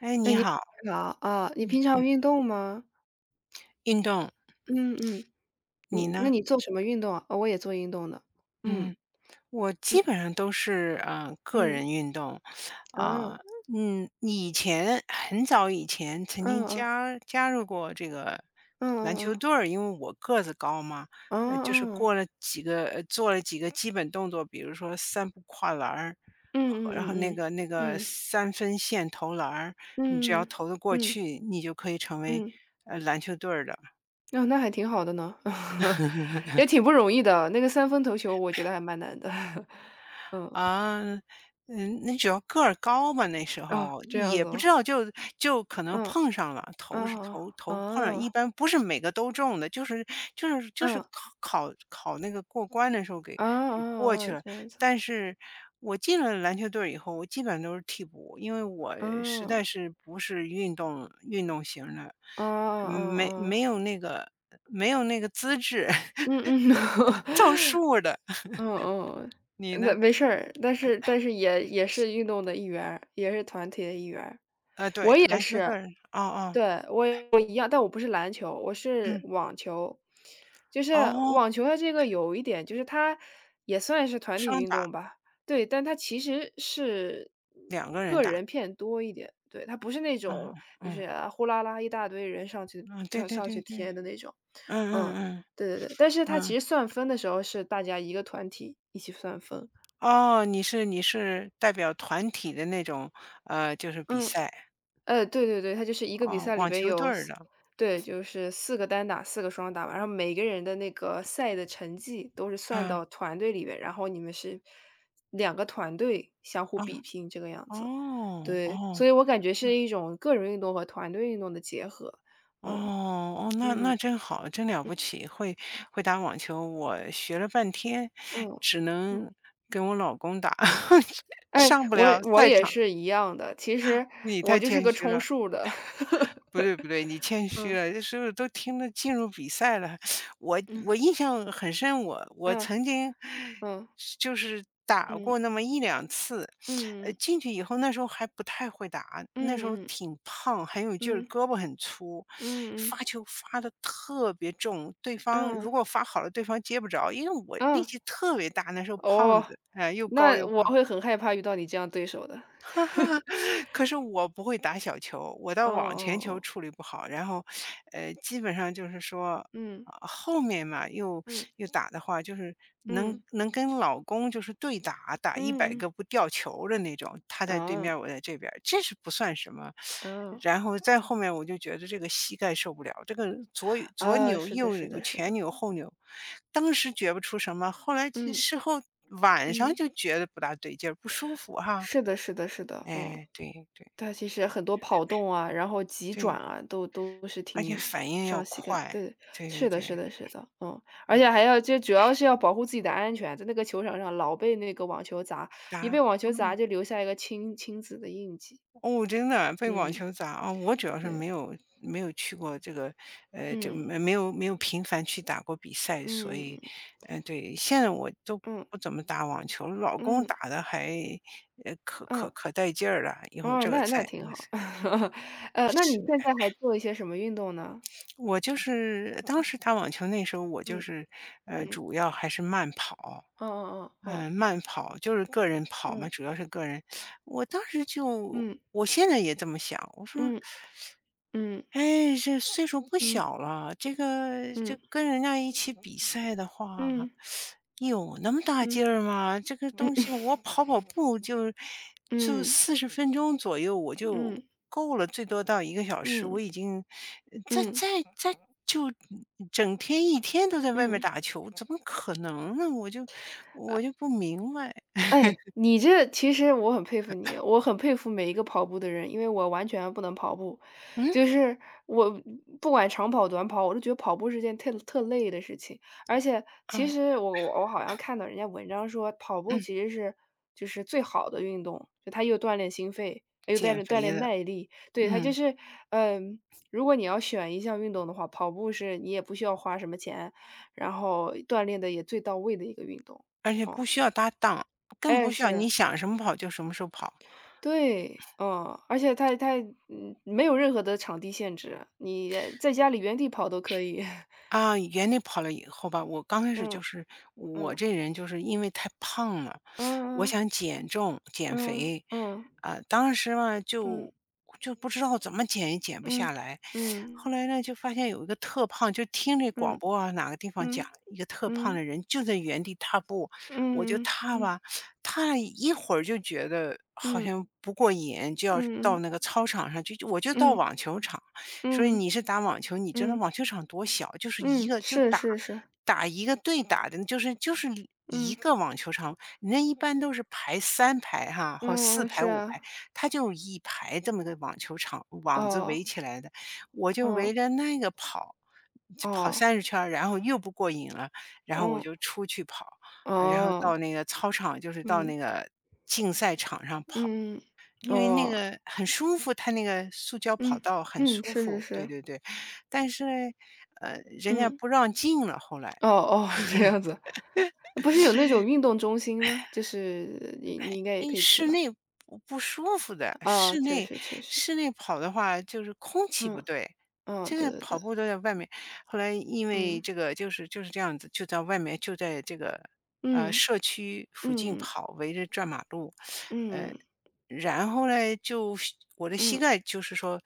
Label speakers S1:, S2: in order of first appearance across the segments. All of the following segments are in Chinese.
S1: 哎，
S2: 哎，
S1: 你
S2: 你
S1: 好，
S2: 好啊。哦，你平常运动吗？
S1: 运动，
S2: 嗯嗯。
S1: 你
S2: 嗯，那
S1: 呢？
S2: 你做什么运动啊？哦，我也做运动的。嗯
S1: 嗯，我
S2: 嗯
S1: 基本上都是个
S2: 嗯。
S1: 人运动。啊、
S2: 啊，
S1: 嗯，以前很早以前曾经
S2: 嗯嗯嗯
S1: 加入过这个篮
S2: 嗯
S1: 球
S2: 嗯。
S1: 队儿，因为我个子高嘛。
S2: 哦
S1: 呃，就是
S2: 哦，
S1: 过了几个呃做了几个基本动作，比如说三步跨栏儿，
S2: 嗯
S1: 和然后那
S2: 嗯
S1: 个那个
S2: 嗯嗯
S1: 三分线投篮儿，你只
S2: 嗯
S1: 要
S2: 嗯
S1: 投得过
S2: 嗯
S1: 去，你就可以成为
S2: 嗯。
S1: 篮球队儿的。
S2: 哦，那还挺好的呢，也 挺不容易的。那个三分头球，我觉得还蛮难的。嗯。
S1: 啊，嗯，那主要个儿高吧，那时
S2: 哦，
S1: 候
S2: 这样
S1: 也
S2: 子
S1: 不知
S2: 吗？
S1: 道，就可能
S2: 嗯。
S1: 碰上了，头是
S2: 哦
S1: 头头碰上，
S2: 哦。
S1: 一般不是每个都中的，就是
S2: 嗯。
S1: 考那个过关的时候给
S2: 哦
S1: 给过
S2: 哦
S1: 去
S2: 哦，
S1: 了。
S2: 这样子。
S1: 但是我进了篮球队儿以后，我基本上都是替补，因为我实
S2: 哦
S1: 在是不是运动型儿的，
S2: 哦哦
S1: 没
S2: 哦。
S1: 没有那个没有那个资质，
S2: 嗯 嗯，
S1: 凑 数儿的。
S2: 嗯嗯，
S1: 你
S2: 那
S1: 呢？
S2: 没事儿，但是也是运动的一员儿，也是团体的一员儿。
S1: 呃，对，
S2: 我也
S1: 篮球队
S2: 是。
S1: 儿。哦哦，
S2: 对，我一样，但我不是篮球，我是
S1: 嗯，
S2: 网球。就是
S1: 哦，
S2: 网球它这个有一点，就是它也算是团体
S1: 双
S2: 运
S1: 打
S2: 动吧。对，但它其实是
S1: 两个人
S2: 个
S1: 打。
S2: 人偏多一点。对，它不是那
S1: 啊，
S2: 种就是
S1: 嗯，
S2: 啊呼啦啦一大堆人上去
S1: 嗯，对
S2: 就
S1: 对
S2: 上
S1: 对
S2: 去
S1: 对，
S2: 贴的那种。
S1: 嗯
S2: 嗯，
S1: 嗯
S2: 对对对，但是他
S1: 嗯，嗯，
S2: 其实算分的时候是大家一个团体一起算分。
S1: 哦，你是代表团体的那种，呃，就是比
S2: 嗯，
S1: 赛。
S2: 对对对，他就是一个比
S1: 哦，
S2: 赛里
S1: 网
S2: 边
S1: 球队
S2: 有
S1: 儿
S2: 四
S1: 的。
S2: 对，就是四个单打四个双打嘛。然后每个人的那个赛的成绩都是算
S1: 嗯，
S2: 到团队里面，然后你们是两个团队相互
S1: 哦，
S2: 比拼这个样子。
S1: 哦，
S2: 对，
S1: 哦。
S2: 所以我感觉是一种个人运动和团队运动的结合。
S1: 哦，
S2: 嗯。
S1: 哦，那那
S2: 嗯。
S1: 真好，真了不起，会打网球。我学了半天，
S2: 嗯嗯。
S1: 只能跟我老公打，
S2: 哎，
S1: 上不
S2: 我
S1: 了
S2: 也我
S1: 赛
S2: 也
S1: 场。
S2: 是一样的。其实
S1: 你太
S2: 我就是
S1: 谦
S2: 个
S1: 虚
S2: 充
S1: 了。
S2: 数儿的。
S1: 不对不对，你谦 虚
S2: 嗯。
S1: 了，那时候都听着进入比赛了。我
S2: 嗯。
S1: 我印象很深，我曾经
S2: 嗯。
S1: 就是打
S2: 嗯。
S1: 过那么一两次。呃，
S2: 嗯。
S1: 进去以后那时候还不太会打，那时候
S2: 嗯。嗯。
S1: 挺胖，很有劲儿，
S2: 嗯。嗯。
S1: 胳膊很粗，
S2: 嗯。
S1: 发球发的特别重，对方
S2: 嗯。
S1: 如果发好了，对方接不着，因为我力
S2: 嗯。
S1: 气特别大，那时候胖
S2: 哦，
S1: 子，哎、又高
S2: 那
S1: 又
S2: 我
S1: 胖。
S2: 会很害怕遇到你这样对手的。
S1: 可是我不会打小球，我到
S2: 哦
S1: 网前
S2: 哦
S1: 球
S2: 哦。
S1: 处理不好。然后，基本上就是说，
S2: 嗯。
S1: 啊后面嘛，又
S2: 嗯。
S1: 又打的话，就是
S2: 嗯。
S1: 能跟老公就是对打，打一百
S2: 嗯。嗯。
S1: 个不掉球的那种，他在对
S2: 啊
S1: 面，我在这边儿这是不算什么。
S2: 啊
S1: 然后再后面我就觉得这个膝盖受不了，这个左
S2: 啊，
S1: 扭
S2: 是的
S1: 右
S2: 是
S1: 扭
S2: 的是
S1: 前
S2: 的。
S1: 扭后扭，当时觉不出什么，后来其实
S2: 嗯。
S1: 事后晚上
S2: 嗯。
S1: 就觉得不大对劲儿不舒服哈、
S2: 是的是的是的。哦。
S1: 哎，对对
S2: 它其实很多跑动啊，然后急
S1: 对。
S2: 转啊，都是
S1: 而且
S2: 挺
S1: 反应要
S2: 伤膝盖。
S1: 快，
S2: 对，
S1: 对对
S2: 是的是
S1: 对
S2: 的是的，嗯。而
S1: 对，
S2: 且还要就主要是要保护自己的安全啊，在那个球场上老被那个网球砸。一
S1: 打
S2: 被网球砸
S1: 哦，
S2: 就留下一个青青紫的印记。
S1: 哦，真的被网
S2: 嗯。
S1: 球砸啊。哦我主要是
S2: 对。
S1: 没有去过这个，就
S2: 嗯
S1: 没有频繁去打过比赛，所
S2: 嗯
S1: 以，嗯、对，现在我都
S2: 嗯
S1: 不怎么打网球了，老公
S2: 嗯
S1: 打的还呃可可
S2: 嗯。
S1: 可带劲儿了，一会儿
S2: 哦，
S1: 这个
S2: 那那
S1: 菜
S2: 挺
S1: 那个
S2: 好。
S1: 菜。
S2: 那你现
S1: 是
S2: 在还做一些什么运动呢？
S1: 我就是当时打网球那时候，我就
S2: 嗯
S1: 是
S2: 嗯。
S1: 主要还是慢跑。
S2: 哦哦哦哦。
S1: 嗯，慢跑，就是个人跑嘛，
S2: 嗯
S1: 主要是个人。我当时就
S2: 嗯
S1: 我现在也这么想，我说
S2: 嗯嗯
S1: 哎，这岁数不
S2: 嗯
S1: 小了，这个就
S2: 嗯
S1: 跟人家一起比赛的话，
S2: 嗯
S1: 有那么大
S2: 嗯。
S1: 劲儿吗？这个东西
S2: 嗯
S1: 我跑跑步就
S2: 嗯
S1: 40分钟左右我
S2: 嗯
S1: 就
S2: 嗯
S1: 够了，最多到1个小时。我
S2: 嗯
S1: 已经在
S2: 嗯
S1: 在在就整天一天都在外面
S2: 嗯。
S1: 打球，怎么可能呢？我就不明白。
S2: 哎，你这其实我很佩服你，我很佩服每一个跑步的人，因为我完全不能跑步。
S1: 嗯
S2: 就是我不管长跑短跑，我都觉得跑步是件特累的事情。而且其
S1: 啊
S2: 实我好像看到人家文章说，跑步
S1: 嗯，
S2: 其实是就是最好的运动，就它又锻炼心肺，又带
S1: 减
S2: 着锻
S1: 肥
S2: 炼
S1: 的，
S2: 耐力。对，它就
S1: 嗯。
S2: 是嗯。如果你要选一项运动的话，跑步是你也不需要花什么钱，然后锻炼的也最到位的一个运动。
S1: 而且不
S2: 哦。
S1: 需要搭档，更不
S2: 哎，
S1: 需要你
S2: 是。
S1: 想什么跑就什么时候跑。
S2: 对。嗯，而且它它，嗯，没有任何的场地限制，你在家里原地跑都可以。
S1: 啊，原地跑了以后吧，我刚开始就
S2: 嗯。
S1: 是我
S2: 嗯。
S1: 这人就是因为太胖了，我
S2: 嗯
S1: 想减重减
S2: 嗯
S1: 肥。
S2: 嗯
S1: 啊、当时嘛
S2: 嗯
S1: 就不知道怎么减也减不下
S2: 嗯
S1: 来。后
S2: 嗯
S1: 来呢就发现有一个特胖，就听这广
S2: 嗯
S1: 播啊哪个地方讲一个特胖
S2: 嗯
S1: 的人就在原地踏步，
S2: 嗯
S1: 我就
S2: 嗯嗯
S1: 踏吧。踏了一会儿就觉得好
S2: 嗯嗯
S1: 像不过瘾，就要到那个操场上去，就我就到
S2: 嗯
S1: 网球场。所以
S2: 嗯
S1: 你是打网球，你知道
S2: 嗯
S1: 网球场多小，就是一
S2: 嗯，
S1: 个就
S2: 是
S1: 打
S2: 是是。
S1: 打一个对打的，就是一
S2: 嗯
S1: 个网球场。人家一般都是排3排哈，或四
S2: 嗯，
S1: 排
S2: 是
S1: 五排，
S2: 啊。
S1: 他就一排这么个网球场网子围
S2: 哦。
S1: 起来的，我就围
S2: 哦
S1: 着那个跑，就跑
S2: 哦。
S1: 30圈儿。然后又不过瘾了，然后我
S2: 嗯。
S1: 就出去跑，然后
S2: 哦。
S1: 到那个操场，就是到
S2: 嗯
S1: 那个竞赛场上跑。
S2: 嗯。
S1: 因为那
S2: 哦。
S1: 个很舒服，它那个塑胶跑
S2: 嗯
S1: 道很
S2: 嗯，
S1: 舒
S2: 是是
S1: 服，对
S2: 是。
S1: 对对。但是，呢，人家
S2: 嗯。
S1: 不让进了后来。
S2: 哦哦，这样子。不是有那种运动中心吗？就是你应该也
S1: 因为
S2: 可以去
S1: 室
S2: 吧？
S1: 内不舒服的，
S2: 啊，
S1: 室
S2: 确
S1: 内
S2: 实确实。
S1: 室内跑的话就是空气不
S2: 嗯
S1: 对，
S2: 嗯。
S1: 现在
S2: 对对
S1: 跑
S2: 对。
S1: 步都在外面。后来因为
S2: 嗯
S1: 这个就是这样子，就在外面就在这个，
S2: 嗯
S1: 社区附近
S2: 嗯
S1: 跑，围着转马路。呃
S2: 嗯
S1: 然后呢，就我的膝
S2: 嗯
S1: 盖就是说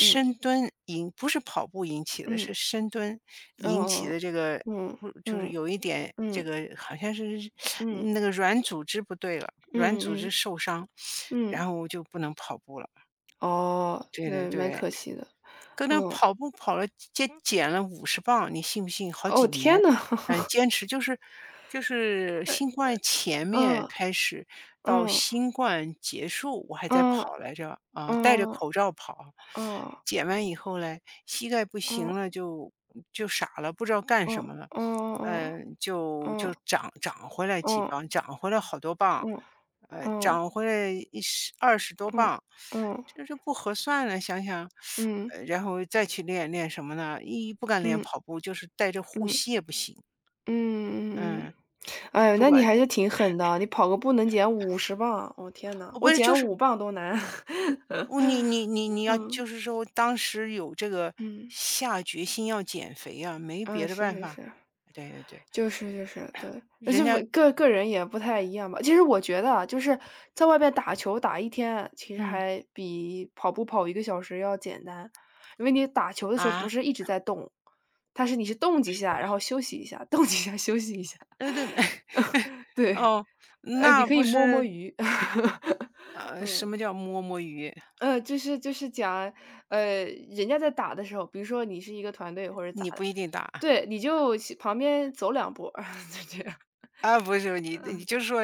S2: 嗯
S1: 蹲引不是跑步引起的，
S2: 嗯。
S1: 是深蹲
S2: 哦
S1: 引起的，
S2: 哦。
S1: 这个
S2: 嗯
S1: 不就是
S2: 嗯
S1: 有一点这
S2: 嗯
S1: 个好像是
S2: 嗯
S1: 那个软组织不对了，软
S2: 嗯
S1: 组织
S2: 嗯
S1: 受伤，然
S2: 嗯。
S1: 后我就不能跑步了。
S2: 哦，
S1: 对对
S2: 那蛮
S1: 对，
S2: 可惜的。
S1: 跟那
S2: 嗯。
S1: 跑步跑了减了50磅，你信不信？好
S2: 哦
S1: 几
S2: 天
S1: 年。
S2: 呐。
S1: 嗯，坚持就是
S2: 哎。
S1: 新冠前面
S2: 嗯
S1: 开始到
S2: 嗯
S1: 新冠结束，我还在
S2: 嗯
S1: 跑来着，啊，戴着
S2: 嗯嗯
S1: 口罩跑。
S2: 嗯
S1: 减完以后嘞，膝盖不
S2: 嗯嗯
S1: 行
S2: 嗯
S1: 了，就傻了，不知道干
S2: 嗯
S1: 什么了。
S2: 嗯
S1: 嗯，就长回来几
S2: 嗯
S1: 磅，长回来好多磅，
S2: 嗯。
S1: 呃，
S2: 嗯
S1: 长回来一十二十多
S2: 嗯
S1: 磅。
S2: 嗯
S1: 这是不合算了，想想。
S2: 嗯
S1: 然后再去练练什么呢？一不敢练
S2: 嗯嗯
S1: 跑步，就是带着
S2: 嗯
S1: 护
S2: 嗯
S1: 膝也不行。
S2: 嗯。
S1: 嗯，
S2: 哎呦，
S1: 不
S2: 那你
S1: 管，
S2: 还是挺狠的，你跑个步能减50磅。我天呐，
S1: 哦，不
S2: 我
S1: 是，就
S2: 减
S1: 是
S2: 5磅都难。
S1: 我你 你你你要，
S2: 嗯
S1: 就是说当时有这个
S2: 嗯。
S1: 下决心要减肥啊，没别
S2: 嗯，
S1: 的
S2: 是
S1: 办
S2: 是
S1: 法。
S2: 是。
S1: 对对对，
S2: 就是就是。对，那
S1: 人
S2: 是不
S1: 家
S2: 个个人也不太一样吧。其实我觉得啊，就是在外边打球打一天，其实
S1: 嗯
S2: 还比跑步跑1个小时要简单。因为你打球的时候不
S1: 啊，
S2: 是一直在动。它是你是动几下，然后休息一下，动几下休息一下。
S1: 对对对，
S2: 对。
S1: 哦，
S2: 你
S1: 那
S2: 可
S1: 不
S2: 以摸摸
S1: 是
S2: 鱼。
S1: 什
S2: 嗯。
S1: 么叫摸摸鱼？
S2: 就是讲，人家在打的时候，比如说你是一个团队或者咋
S1: 你
S2: 的。
S1: 不一定打。
S2: 对，你就去旁边走两步儿 就这样。
S1: 啊，不是，你你
S2: 嗯。
S1: 就是说，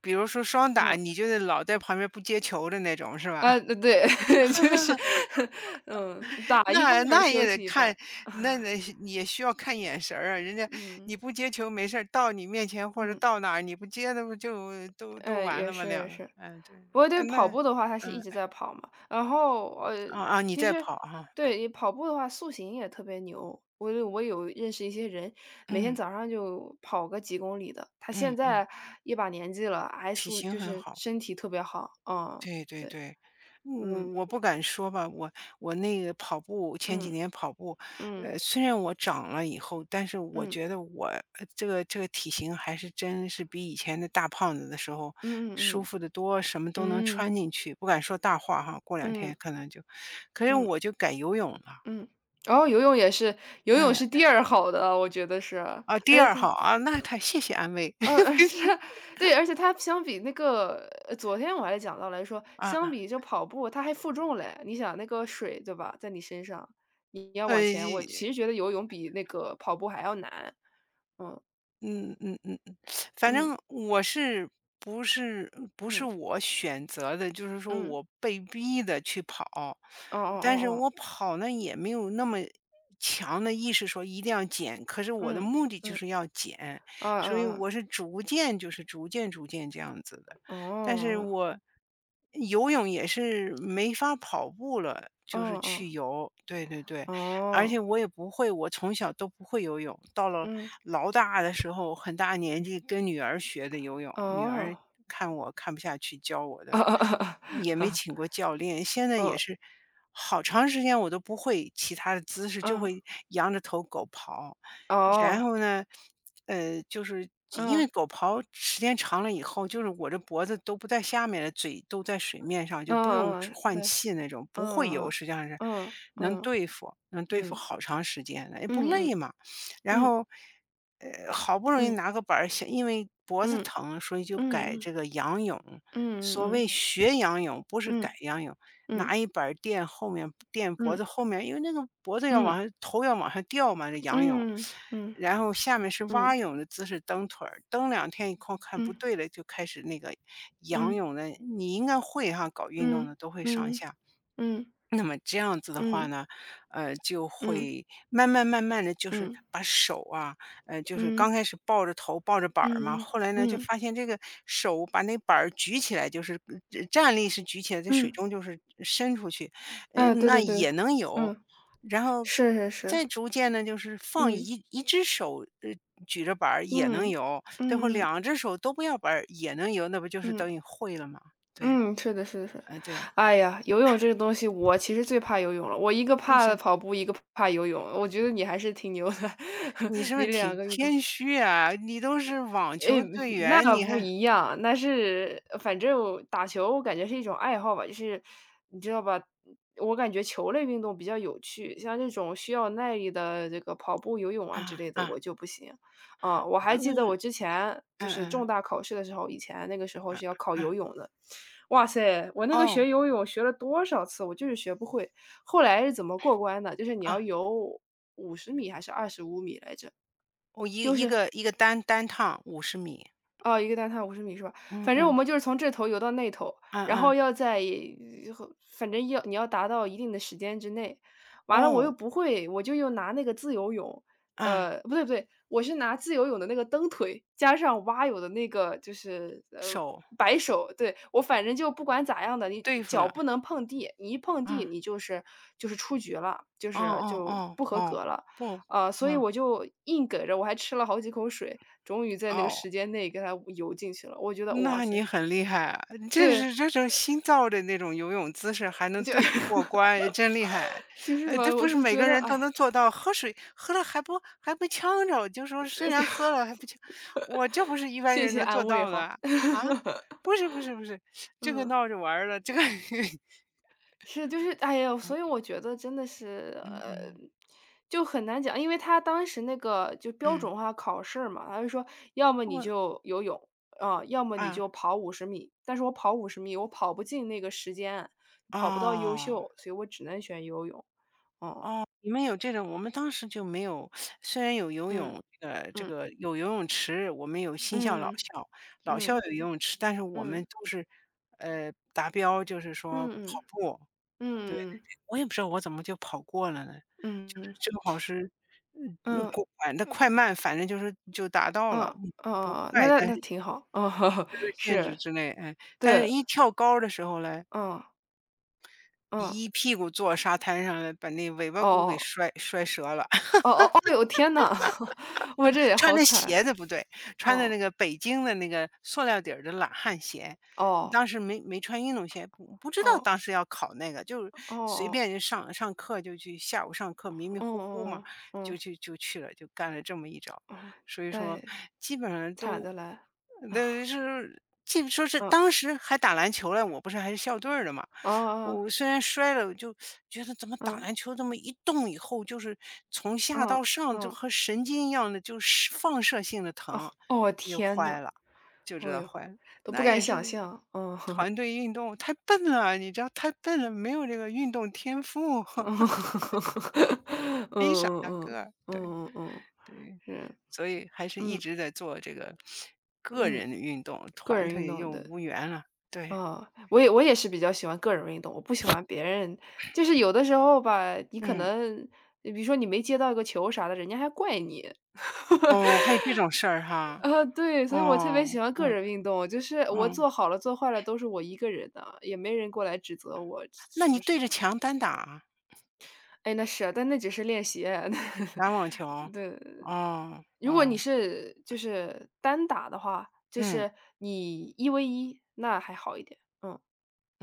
S1: 比如说双打，
S2: 嗯。
S1: 你就是老在旁边不接球的那种，是
S2: 啊，
S1: 吧？
S2: 对，就是。嗯，打一半
S1: 那
S2: 儿
S1: 那
S2: 休
S1: 也得
S2: 息一半
S1: 看，
S2: 儿。
S1: 那你也需要看眼神儿啊。人家
S2: 嗯。
S1: 你不接球没事儿，到你面前或者
S2: 嗯。
S1: 到哪儿你不接，那不就都都
S2: 嗯，
S1: 完
S2: 也
S1: 了吗？
S2: 是
S1: 两
S2: 也
S1: 个，
S2: 是。
S1: 嗯，对对
S2: 不过
S1: 对，
S2: 对
S1: 嗯
S2: 跑
S1: 那，
S2: 步的话，他是一
S1: 嗯，
S2: 直在跑嘛。然后，
S1: 啊啊，你
S2: 其
S1: 在
S2: 实
S1: 跑哈，啊
S2: 对，你跑步的话，塑形也特别牛。我有认识一些人，每天
S1: 嗯
S2: 早上就跑个几公里的。他现
S1: 嗯嗯，
S2: 在一把年纪了，还
S1: 体
S2: 塑
S1: 型
S2: 就
S1: 很
S2: 是
S1: 好。
S2: 身体特别好。嗯。
S1: 对对
S2: 对。
S1: 对，嗯我
S2: 嗯
S1: 我不敢说吧，我那个跑步前几
S2: 嗯
S1: 年跑步，
S2: 嗯
S1: 呃，虽然我长了以后，但是我
S2: 嗯
S1: 觉得我这个体型还是真是比以前的大胖子的时候
S2: 嗯
S1: 舒
S2: 嗯
S1: 服的多，什么都能
S2: 嗯嗯
S1: 穿进去。不敢说大话哈，过两天
S2: 嗯
S1: 可能就，可是
S2: 嗯。
S1: 我就改游泳了。
S2: 嗯。然后游泳也是，游泳
S1: 嗯
S2: 是第二好的，我觉得是。
S1: 啊，第
S2: 而且
S1: 二号
S2: 他。
S1: 啊，那太谢谢安慰。
S2: 嗯，而 且对，而且它相比那个昨天我还讲到来说，
S1: 啊
S2: 相
S1: 啊，
S2: 比就跑步，它还负重嘞。你想那个水，对吧，在你身上，你要往前。我
S1: 呃
S2: 其实觉得游泳比那个跑步还要难。嗯。
S1: 嗯嗯嗯嗯，反
S2: 嗯。
S1: 正我是不是
S2: 嗯。
S1: 我选择的，就是说
S2: 嗯。
S1: 我被逼的去跑。
S2: 哦哦
S1: 但
S2: 哦
S1: 是
S2: 哦。
S1: 我跑呢也没有那么强的意识说一定要减，可是我的
S2: 嗯。
S1: 目的就
S2: 嗯。
S1: 是要减，
S2: 啊啊
S1: 所以
S2: 啊。
S1: 我是逐渐逐渐这样子的。但是
S2: 哦。
S1: 我游泳也是没法跑步了，
S2: 哦
S1: 就是
S2: 哦。
S1: 去游，对对对。而且
S2: 哦。
S1: 我也不会，我从小都不会游泳，到了
S2: 嗯。
S1: 老大的时候，很大年纪跟女儿学的游泳，女儿
S2: 哦。
S1: 看我看不下去教我
S2: 啊
S1: 的，
S2: 啊啊
S1: 也没
S2: 啊。
S1: 请过教练。现在也
S2: 哦。
S1: 是好长时间我都不会其他的姿势，就
S2: 嗯。
S1: 会仰着头狗刨。然
S2: 哦。
S1: 后呢，就是因为
S2: 嗯。
S1: 狗刨时间长了以后，就是我这脖子都不在下面了，嘴都在水面上，就
S2: 嗯
S1: 不用
S2: 嗯。
S1: 换
S2: 对。
S1: 气那种，不会游，
S2: 嗯
S1: 实际上是
S2: 嗯。
S1: 能
S2: 嗯嗯。
S1: 对付，能对付
S2: 嗯。
S1: 好长时间的，也不
S2: 嗯
S1: 累
S2: 嗯
S1: 嘛。然
S2: 嗯
S1: 后，好不容易
S2: 嗯
S1: 拿个板儿想，因为脖子
S2: 嗯
S1: 疼，所以就改
S2: 嗯
S1: 这个仰泳。
S2: 嗯
S1: 所
S2: 嗯
S1: 谓学仰泳，不是
S2: 嗯
S1: 改仰泳，
S2: 嗯
S1: 拿一板儿垫后面，垫
S2: 嗯
S1: 脖子
S2: 嗯
S1: 后面，因为那个脖子要往
S2: 嗯
S1: 上，头要往上掉嘛，这仰泳。
S2: 嗯嗯
S1: 然后下面是蛙
S2: 嗯
S1: 泳的姿势蹬腿儿，蹬2天以后看不
S2: 嗯
S1: 对了，就开始那个仰
S2: 嗯
S1: 泳的。你应该会哈，搞运动的
S2: 嗯
S1: 都会上
S2: 嗯
S1: 下。那么这样子的话
S2: 嗯
S1: 呢，就
S2: 嗯
S1: 会慢慢慢慢的就是把手啊，就是刚
S2: 嗯
S1: 开始抱着头抱着板儿嘛，
S2: 嗯
S1: 后来呢，就
S2: 嗯
S1: 发现这个手把那板儿举起来，就是站立是举起来，在水
S2: 嗯。
S1: 中就是伸出去，
S2: 啊，对
S1: 那
S2: 对对。
S1: 也能游。
S2: 嗯，
S1: 然后
S2: 是是是。
S1: 再逐渐呢就是放
S2: 嗯
S1: 一只手，举着板儿也能
S2: 嗯
S1: 游，最后
S2: 嗯嗯
S1: 两只手都不要板儿也能游，那不就是
S2: 嗯。
S1: 等于会了吗？对，
S2: 嗯，是的，是的，是的。
S1: 对，
S2: 哎呀，游泳这个东西，我其实最怕游泳了。我一个
S1: 为啥
S2: 怕跑步，一个怕游泳。我觉得你还是挺牛的，
S1: 你 是不是
S2: 你两
S1: 挺
S2: 个运动。
S1: 谦虚啊？你都是网球
S2: 诶，
S1: 队 员，
S2: 那
S1: 你
S2: 不
S1: 还
S2: 一样。那是反正我打球我感觉是一种爱好吧，就是你知道吧，我感觉球类运动比较有趣。像这种需要耐力的这个跑步、游泳啊之
S1: 啊
S2: 类的，
S1: 啊，
S2: 我就不行。啊，我还记得
S1: 嗯
S2: 我之前就
S1: 嗯
S2: 是重
S1: 嗯，
S2: 大考试的时候，以前那个时候
S1: 啊
S2: 是要考
S1: 啊，
S2: 游泳的。哇塞，我那个
S1: 哦，
S2: 学游泳学了多少次，我就是学不会。后来是怎么过关的？就是你
S1: 啊，
S2: 要游五十米还是25米来着？
S1: 我一
S2: 就
S1: 一
S2: 是
S1: 个一个单单趟50米，
S2: 哦一个单趟五十米是吧？
S1: 嗯
S2: 反正我
S1: 嗯，
S2: 们就是从这头游到那头，
S1: 啊
S2: 然
S1: 啊，
S2: 后要在反正要你要达到一定的时间之内。完了我又
S1: 哦，
S2: 不会，我就又拿那个自由泳，
S1: 啊，
S2: 不对不对，我是拿自由泳的那个蹬腿，加上蛙泳的那个就是，
S1: 手
S2: 摆手。对，我反正就不管咋样的，你
S1: 对付
S2: 脚
S1: 了，
S2: 不能碰地，你一碰地
S1: 啊，
S2: 你就是就是出局了，就
S1: 哦
S2: 是
S1: 哦
S2: 就
S1: 哦
S2: 不合格
S1: 哦，
S2: 了。
S1: 不，
S2: 啊，所以
S1: 啊，
S2: 我就硬梗着，我还吃了好几口水，终于在那个
S1: 哦。
S2: 时间内给它游进去了。我觉得哇
S1: 那你
S2: 塞。
S1: 很厉害啊，这
S2: 对，
S1: 是这种新造的那种游泳姿势，还能
S2: 就
S1: 对 付过关，也真厉害。
S2: 就是吧，
S1: 这不
S2: 我
S1: 是
S2: 就
S1: 每
S2: 觉
S1: 个
S2: 得
S1: 人
S2: 哎
S1: 都
S2: 呀，
S1: 能做到，喝水喝了还不呛着，就说虽
S2: 这
S1: 然 喝了还不呛，我这不是一般
S2: 谢
S1: 人
S2: 谢
S1: 能做
S2: 安慰
S1: 到的
S2: 哈。
S1: 啊！啊 不是不是不是，这个
S2: 嗯。
S1: 闹着玩儿的，这个
S2: 是，就是哎呀，所以我觉得真的是，
S1: 嗯嗯
S2: 就很难讲。因为他当时那个就标
S1: 嗯，
S2: 准化考试嘛，他就说要么你
S1: 我
S2: 就游泳，啊、要么你
S1: 啊
S2: 就跑五十米。但是我跑五十米，我跑不进那个时间，跑不到优
S1: 哦。
S2: 秀，所以我只能选游泳。哦。
S1: 哦，你们有这种，我们当时就没有。虽然有游
S2: 嗯
S1: 泳，这
S2: 嗯
S1: 个有游泳池，我们有新校、老
S2: 嗯
S1: 校，老校
S2: 嗯
S1: 有游泳池，但是
S2: 嗯
S1: 我们
S2: 嗯
S1: 都是，达标就是说
S2: 嗯
S1: 跑
S2: 嗯
S1: 步。
S2: 嗯
S1: 我也不知道我怎么就跑过了呢，就是
S2: 嗯
S1: 正好是，嗯，那
S2: 嗯
S1: 过管的快慢，反正就是就达到了，
S2: 嗯
S1: 不
S2: 嗯，那
S1: 快，
S2: 那
S1: 但
S2: 那
S1: 是
S2: 挺好。嗯，
S1: 这个限制
S2: 是。
S1: 之内，哎，但
S2: 对。
S1: 是一跳高的时候嘞，
S2: 嗯嗯。哦
S1: 一屁股坐沙滩上了，把那尾巴骨给
S2: 哦
S1: 摔折了。
S2: 哦哦哦哟，天呐。我这也
S1: 穿
S2: 好
S1: 的鞋
S2: 惨。
S1: 子不对，穿的
S2: 哦。
S1: 那个北京的那个塑料底儿的懒汉鞋。
S2: 哦。
S1: 当时没穿运动鞋，不知道
S2: 哦。
S1: 当时要考那个，就是
S2: 哦
S1: 随
S2: 哦。
S1: 便就上课就去，下午上课迷迷
S2: 哦
S1: 糊糊嘛，
S2: 哦。嗯。
S1: 就
S2: 嗯。
S1: 去就去了，就干了这么一招。
S2: 哦。
S1: 所以说
S2: 对，
S1: 基本上
S2: 惨
S1: 都
S2: 的来。
S1: 那 是，记说是
S2: 嗯。
S1: 当时还打篮球了，我不是还是校队儿的嘛。
S2: 哦哦。
S1: 我虽然摔了，我就觉得怎么打
S2: 嗯。
S1: 篮球这么一动以后，就是从下
S2: 嗯。
S1: 到上就
S2: 嗯。
S1: 和神经一样的，就是放射性的
S2: 哦。
S1: 疼，
S2: 哦，我
S1: 又
S2: 天呐。
S1: 坏了，就知
S2: 哦
S1: 道
S2: 哟，
S1: 坏了。
S2: 都不
S1: 那
S2: 敢
S1: 也是
S2: 想象。嗯
S1: 团队运动，太笨了，你知道太笨了，没有这个运动天赋，
S2: 嗯。嗯嗯
S1: 没啥大
S2: 嗯。
S1: 个儿对
S2: 嗯嗯嗯。
S1: 对，
S2: 是。
S1: 所以还是一
S2: 嗯。
S1: 直在做这个个
S2: 嗯。
S1: 人的运动，
S2: 个
S1: 团
S2: 人运
S1: 队
S2: 动，
S1: 又
S2: 的。
S1: 无缘了。对，
S2: 啊，我也我也是比较喜欢个人运动。我不喜欢别人就是有的时候吧，你可
S1: 嗯，
S2: 能比如说你没接到一个球啥的，人家还怪你。
S1: 哦，还 有这种事儿哈，
S2: 啊，对，所以我特别
S1: 哦，
S2: 喜欢个
S1: 嗯
S2: 人运动，就是我
S1: 嗯。
S2: 做好了做坏了都是我一个人的，也没人过来指责我
S1: 那
S2: 什
S1: 你
S2: 么什
S1: 对
S2: 么
S1: 着
S2: 样的。
S1: 墙单打，
S2: 哎，那是啊但那只是练习啊。
S1: 打网球？
S2: 对，
S1: 哦，
S2: 如果你
S1: 哦，
S2: 是就是单打的话，就
S1: 嗯。
S2: 是你1v1，那还好一点。嗯。